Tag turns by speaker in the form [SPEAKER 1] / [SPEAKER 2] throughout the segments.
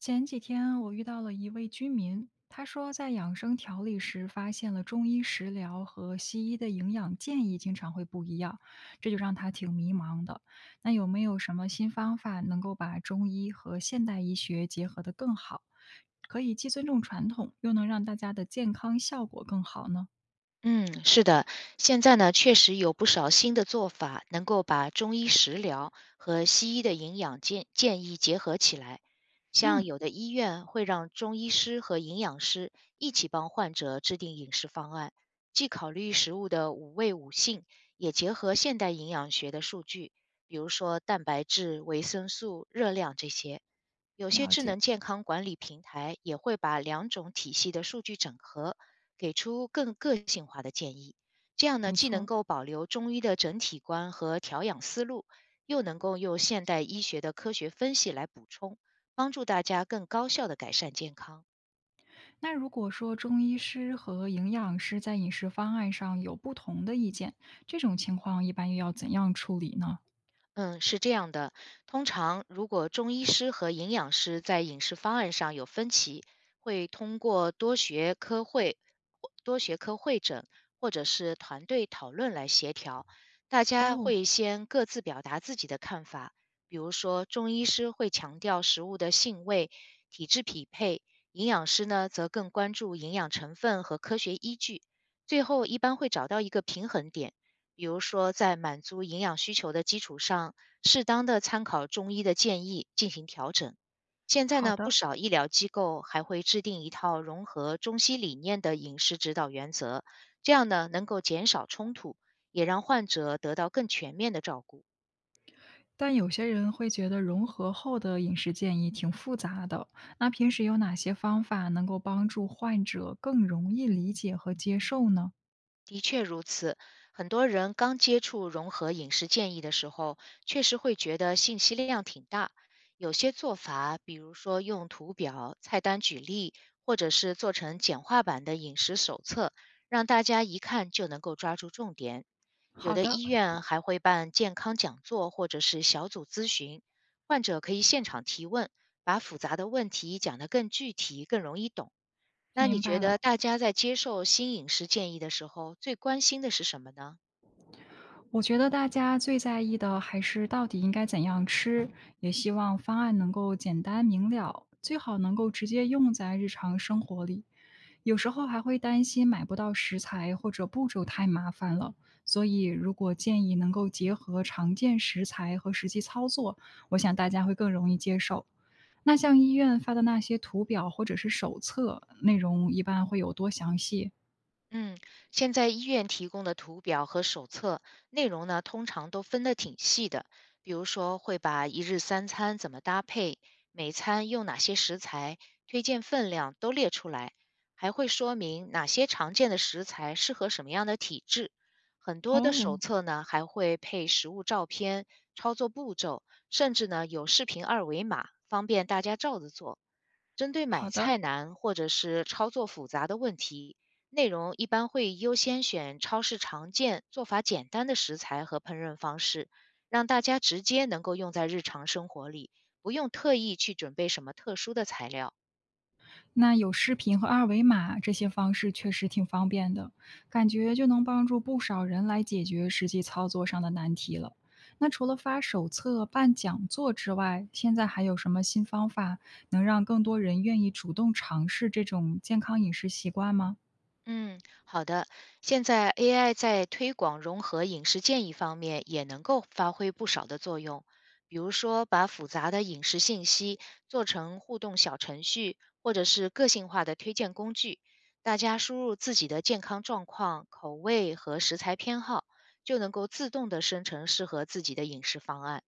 [SPEAKER 1] 前几天我遇到了一位居民，他说在养生调理时发现了中医食疗和西医的营养建议经常会不一样，这就让他挺迷茫的。那有没有什么新方法能够把中医和现代医学结合得更好，可以既尊重传统，又能让大家的健康效果更好呢？
[SPEAKER 2] 嗯，是的，现在呢，确实有不少新的做法，能够把中医食疗和西医的营养建议结合起来。像
[SPEAKER 1] 嗯，
[SPEAKER 2] 有的医院会让中医师和营养师一起帮患者制定饮食方案，既考虑食物的五味五性，也结合现代营养学的数据，比如说蛋白质、维生素、热量这些。有些
[SPEAKER 1] 了
[SPEAKER 2] 智
[SPEAKER 1] 解，
[SPEAKER 2] 能健康管理平台也会把两种体系的数据整合，给出更个性化的建议。这样呢，
[SPEAKER 1] 不
[SPEAKER 2] 既能
[SPEAKER 1] 错。
[SPEAKER 2] 够保留中医的整体观和调养思路，又能够用现代医学的科学分析来补充，帮助大家更高效的改善健康。
[SPEAKER 1] 那如果说中医师和营养师在饮食方案上有不同的意见，这种情况一般又要怎样处理呢？
[SPEAKER 2] 嗯，是这样的。通常，如果中医师和营养师在饮食方案上有分歧，会通过多学科会诊或者是团队讨论来协调。大家
[SPEAKER 1] 哦，
[SPEAKER 2] 会先各自表达自己的看法，比如说，中医师会强调食物的性味、体质匹配，营养师呢则更关注营养成分和科学依据。最后，一般会找到一个平衡点。比如说，在满足营养需求的基础上，适当的参考中医的建议进行调整。现在
[SPEAKER 1] 好
[SPEAKER 2] 呢，不
[SPEAKER 1] 的。
[SPEAKER 2] 少医疗机构还会制定一套融合中西理念的饮食指导原则，这样呢，能够减少冲突，也让患者得到更全面的照顾。
[SPEAKER 1] 但有些人会觉得融合后的饮食建议挺复杂的，那平时有哪些方法能够帮助患者更容易理解和接受呢？
[SPEAKER 2] 的确如此，很多人刚接触融合饮食建议的时候，确实会觉得信息量挺大。有些做法，比如说用图表、菜单举例，或者是做成简化版的饮食手册，让大家一看就能够抓住重点。有
[SPEAKER 1] 好
[SPEAKER 2] 的
[SPEAKER 1] 的，
[SPEAKER 2] 医院还会办健康讲座或者是小组咨询，患者可以现场提问，把复杂的问题讲得更具体、更容易懂。那你
[SPEAKER 1] 明
[SPEAKER 2] 觉
[SPEAKER 1] 白
[SPEAKER 2] 得
[SPEAKER 1] 了。
[SPEAKER 2] 大家在接受新饮食建议的时候，最关心的是什么呢？
[SPEAKER 1] 我觉得大家最在意的还是到底应该怎样吃，也希望方案能够简单明了，最好能够直接用在日常生活里。有时候还会担心买不到食材或者步骤太麻烦了，所以如果建议能够结合常见食材和实际操作，我想大家会更容易接受。那像医院发的那些图表或者是手册，内容一般会有多详细？
[SPEAKER 2] 嗯，现在医院提供的图表和手册内容呢，通常都分得挺细的。比如说，会把一日三餐怎么搭配，每餐用哪些食材，推荐分量都列出来，还会说明哪些常见的食材适合什么样的体质。很多的手
[SPEAKER 1] 哦，
[SPEAKER 2] 册呢，还会配食物照片、操作步骤，甚至呢有视频二维码，方便大家照着做。针对
[SPEAKER 1] 好
[SPEAKER 2] 买
[SPEAKER 1] 的。
[SPEAKER 2] 菜难或者是操作复杂的问题，内容一般会优先选超市常见、做法简单的食材和烹饪方式，让大家直接能够用在日常生活里，不用特意去准备什么特殊的材料。
[SPEAKER 1] 那有视频和二维码这些方式确实挺方便的，感觉就能帮助不少人来解决实际操作上的难题了。那除了发手册、办讲座之外，现在还有什么新方法能让更多人愿意主动尝试这种健康饮食习惯吗？
[SPEAKER 2] 嗯，好的。现在 AI 在推广融合饮食建议方面也能够发挥不少的作用，比如说把复杂的饮食信息做成互动小程序，或者是个性化的推荐工具，大家输入自己的健康状况、口味和食材偏好，就能够自动的生成适合自己的饮食方案。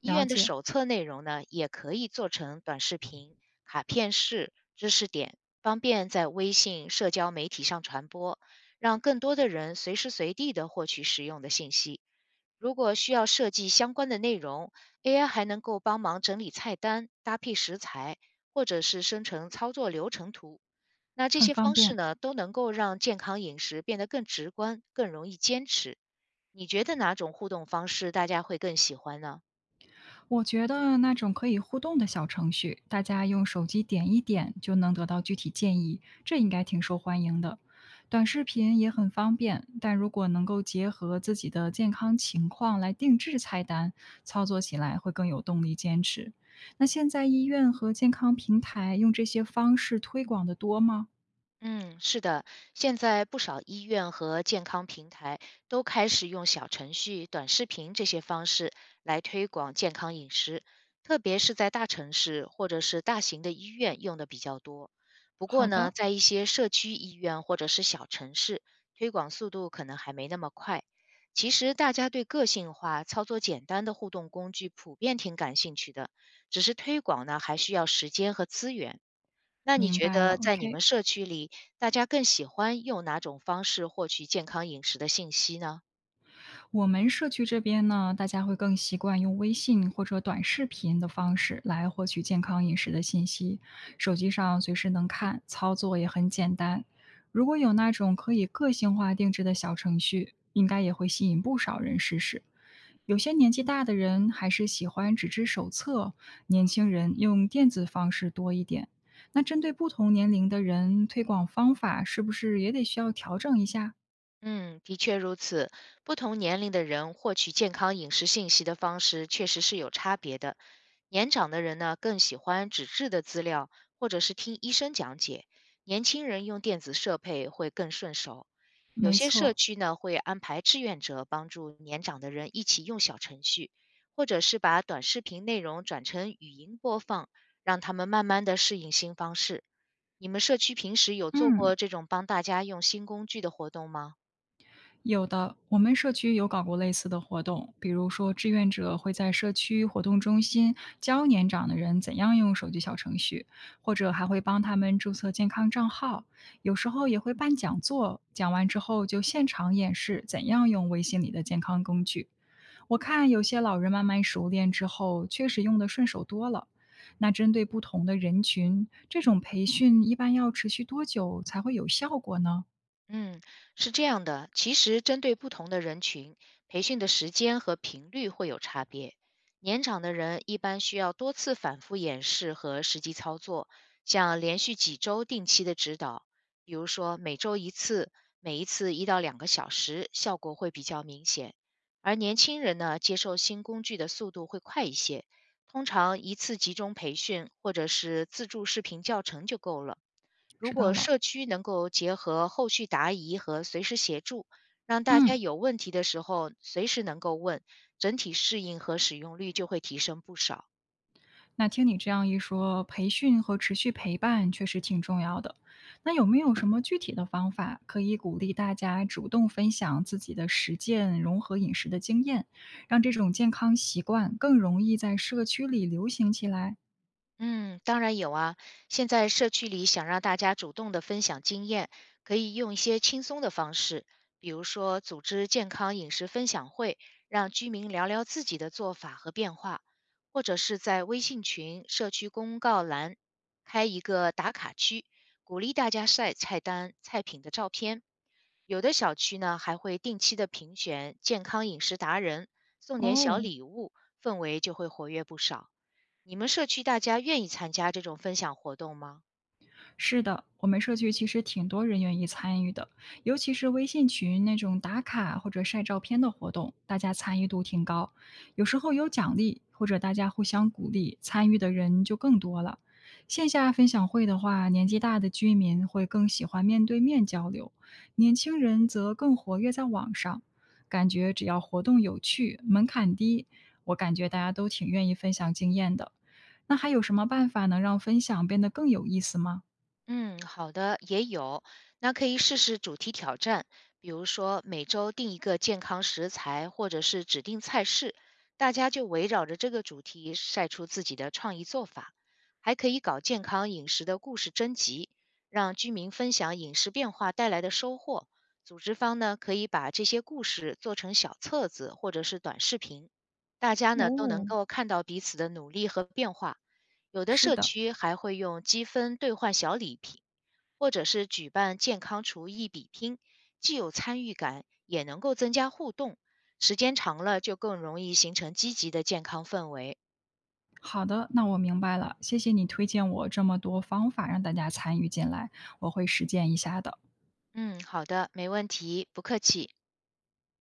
[SPEAKER 2] 医
[SPEAKER 1] 了
[SPEAKER 2] 院的
[SPEAKER 1] 解，
[SPEAKER 2] 手册内容呢，也可以做成短视频、卡片式知识点，方便在微信社交媒体上传播，让更多的人随时随地的获取实用的信息。如果需要设计相关的内容，AI 还能够帮忙整理菜单、搭配食材，或者是生成操作流程图。那这
[SPEAKER 1] 很
[SPEAKER 2] 些
[SPEAKER 1] 方
[SPEAKER 2] 方式
[SPEAKER 1] 便。
[SPEAKER 2] 呢，都能够让健康饮食变得更直观、更容易坚持。你觉得哪种互动方式大家会更喜欢呢？
[SPEAKER 1] 我觉得那种可以互动的小程序，大家用手机点一点就能得到具体建议，这应该挺受欢迎的。短视频也很方便，但如果能够结合自己的健康情况来定制菜单，操作起来会更有动力坚持。那现在医院和健康平台用这些方式推广的多吗？
[SPEAKER 2] 嗯，是的，现在不少医院和健康平台都开始用小程序、短视频这些方式来推广健康饮食，特别是在大城市或者是大型的医院用的比较多。不
[SPEAKER 1] 好
[SPEAKER 2] 过呢，
[SPEAKER 1] 的，
[SPEAKER 2] 在一些社区医院或者是小城市，推广速度可能还没那么快。其实大家对个性化、操作简单的互动工具普遍挺感兴趣的，只是推广呢还需要时间和资源。那你
[SPEAKER 1] 明
[SPEAKER 2] 觉
[SPEAKER 1] 白了。
[SPEAKER 2] 得在你
[SPEAKER 1] OK。
[SPEAKER 2] 们社区里，大家更喜欢用哪种方式获取健康饮食的信息呢？
[SPEAKER 1] 我们社区这边呢，大家会更习惯用微信或者短视频的方式来获取健康饮食的信息，手机上随时能看，操作也很简单。如果有那种可以个性化定制的小程序，应该也会吸引不少人试试。有些年纪大的人还是喜欢纸质手册，年轻人用电子方式多一点。那针对不同年龄的人，推广方法是不是也得需要调整一下？
[SPEAKER 2] 嗯，的确如此。不同年龄的人获取健康饮食信息的方式确实是有差别的。年长的人呢，更喜欢纸质的资料，或者是听医生讲解；年轻人用电子设备会更顺手。有
[SPEAKER 1] 没
[SPEAKER 2] 些社
[SPEAKER 1] 错，
[SPEAKER 2] 区呢会安排志愿者帮助年长的人一起用小程序，或者是把短视频内容转成语音播放，让他们慢慢的适应新方式。你们社区平时有做
[SPEAKER 1] 嗯。
[SPEAKER 2] 过这种帮大家用新工具的活动吗？
[SPEAKER 1] 有的，我们社区有搞过类似的活动，比如说志愿者会在社区活动中心教年长的人怎样用手机小程序，或者还会帮他们注册健康账号。有时候也会办讲座，讲完之后就现场演示怎样用微信里的健康工具。我看有些老人慢慢熟练之后，确实用的顺手多了。那针对不同的人群，这种培训一般要持续多久才会有效果呢？
[SPEAKER 2] 嗯，是这样的，其实针对不同的人群，培训的时间和频率会有差别。年长的人一般需要多次反复演示和实际操作，像连续几周定期的指导，比如说每周一次，每一次一到两个小时，效果会比较明显。而年轻人呢，接受新工具的速度会快一些，通常一次集中培训或者是自助视频教程就够了。
[SPEAKER 1] 知
[SPEAKER 2] 如
[SPEAKER 1] 道
[SPEAKER 2] 果
[SPEAKER 1] 了，
[SPEAKER 2] 社区能够结合后续答疑和随时协助，让大
[SPEAKER 1] 嗯。
[SPEAKER 2] 家有问题的时候随时能够问，整体适应和使用率就会提升不少。
[SPEAKER 1] 那听你这样一说，培训和持续陪伴确实挺重要的。那有没有什么具体的方法可以鼓励大家主动分享自己的实践融合饮食的经验，让这种健康习惯更容易在社区里流行起来？
[SPEAKER 2] 嗯，当然有啊。现在社区里想让大家主动的分享经验，可以用一些轻松的方式，比如说组织健康饮食分享会，让居民聊聊自己的做法和变化，或者是在微信群、社区公告栏开一个打卡区，鼓励大家晒菜单、菜品的照片。有的小区呢，还会定期的评选健康饮食达人，送点小
[SPEAKER 1] 哦，
[SPEAKER 2] 礼物，氛围就会活跃不少。你们社区大家愿意参加这种分享活动吗？
[SPEAKER 1] 是的，我们社区其实挺多人愿意参与的，尤其是微信群那种打卡或者晒照片的活动，大家参与度挺高。有时候有奖励，或者大家互相鼓励，参与的人就更多了。线下分享会的话，年纪大的居民会更喜欢面对面交流，年轻人则更活跃在网上。感觉只要活动有趣，门槛低，我感觉大家都挺愿意分享经验的。那还有什么办法能让分享变得更有意思吗？
[SPEAKER 2] 嗯，好的，也有。那可以试试主题挑战，比如说每周定一个健康食材，或者是指定菜式，大家就围绕着这个主题晒出自己的创意做法。还可以搞健康饮食的故事征集，让居民分享饮食变化带来的收获。组织方呢，可以把这些故事做成小册子或者是短视频，大家呢都能
[SPEAKER 1] 哦，
[SPEAKER 2] 够看到彼此的努力和变化。有的
[SPEAKER 1] 是
[SPEAKER 2] 社
[SPEAKER 1] 的，
[SPEAKER 2] 区还会用积分兑换小礼品，或者是举办健康厨艺比拼，既有参与感，也能够增加互动。时间长了，就更容易形成积极的健康氛围。
[SPEAKER 1] 好的，那我明白了，谢谢你推荐我这么多方法让大家参与进来，我会实践一下的。
[SPEAKER 2] 嗯，好的，没问题，不客气。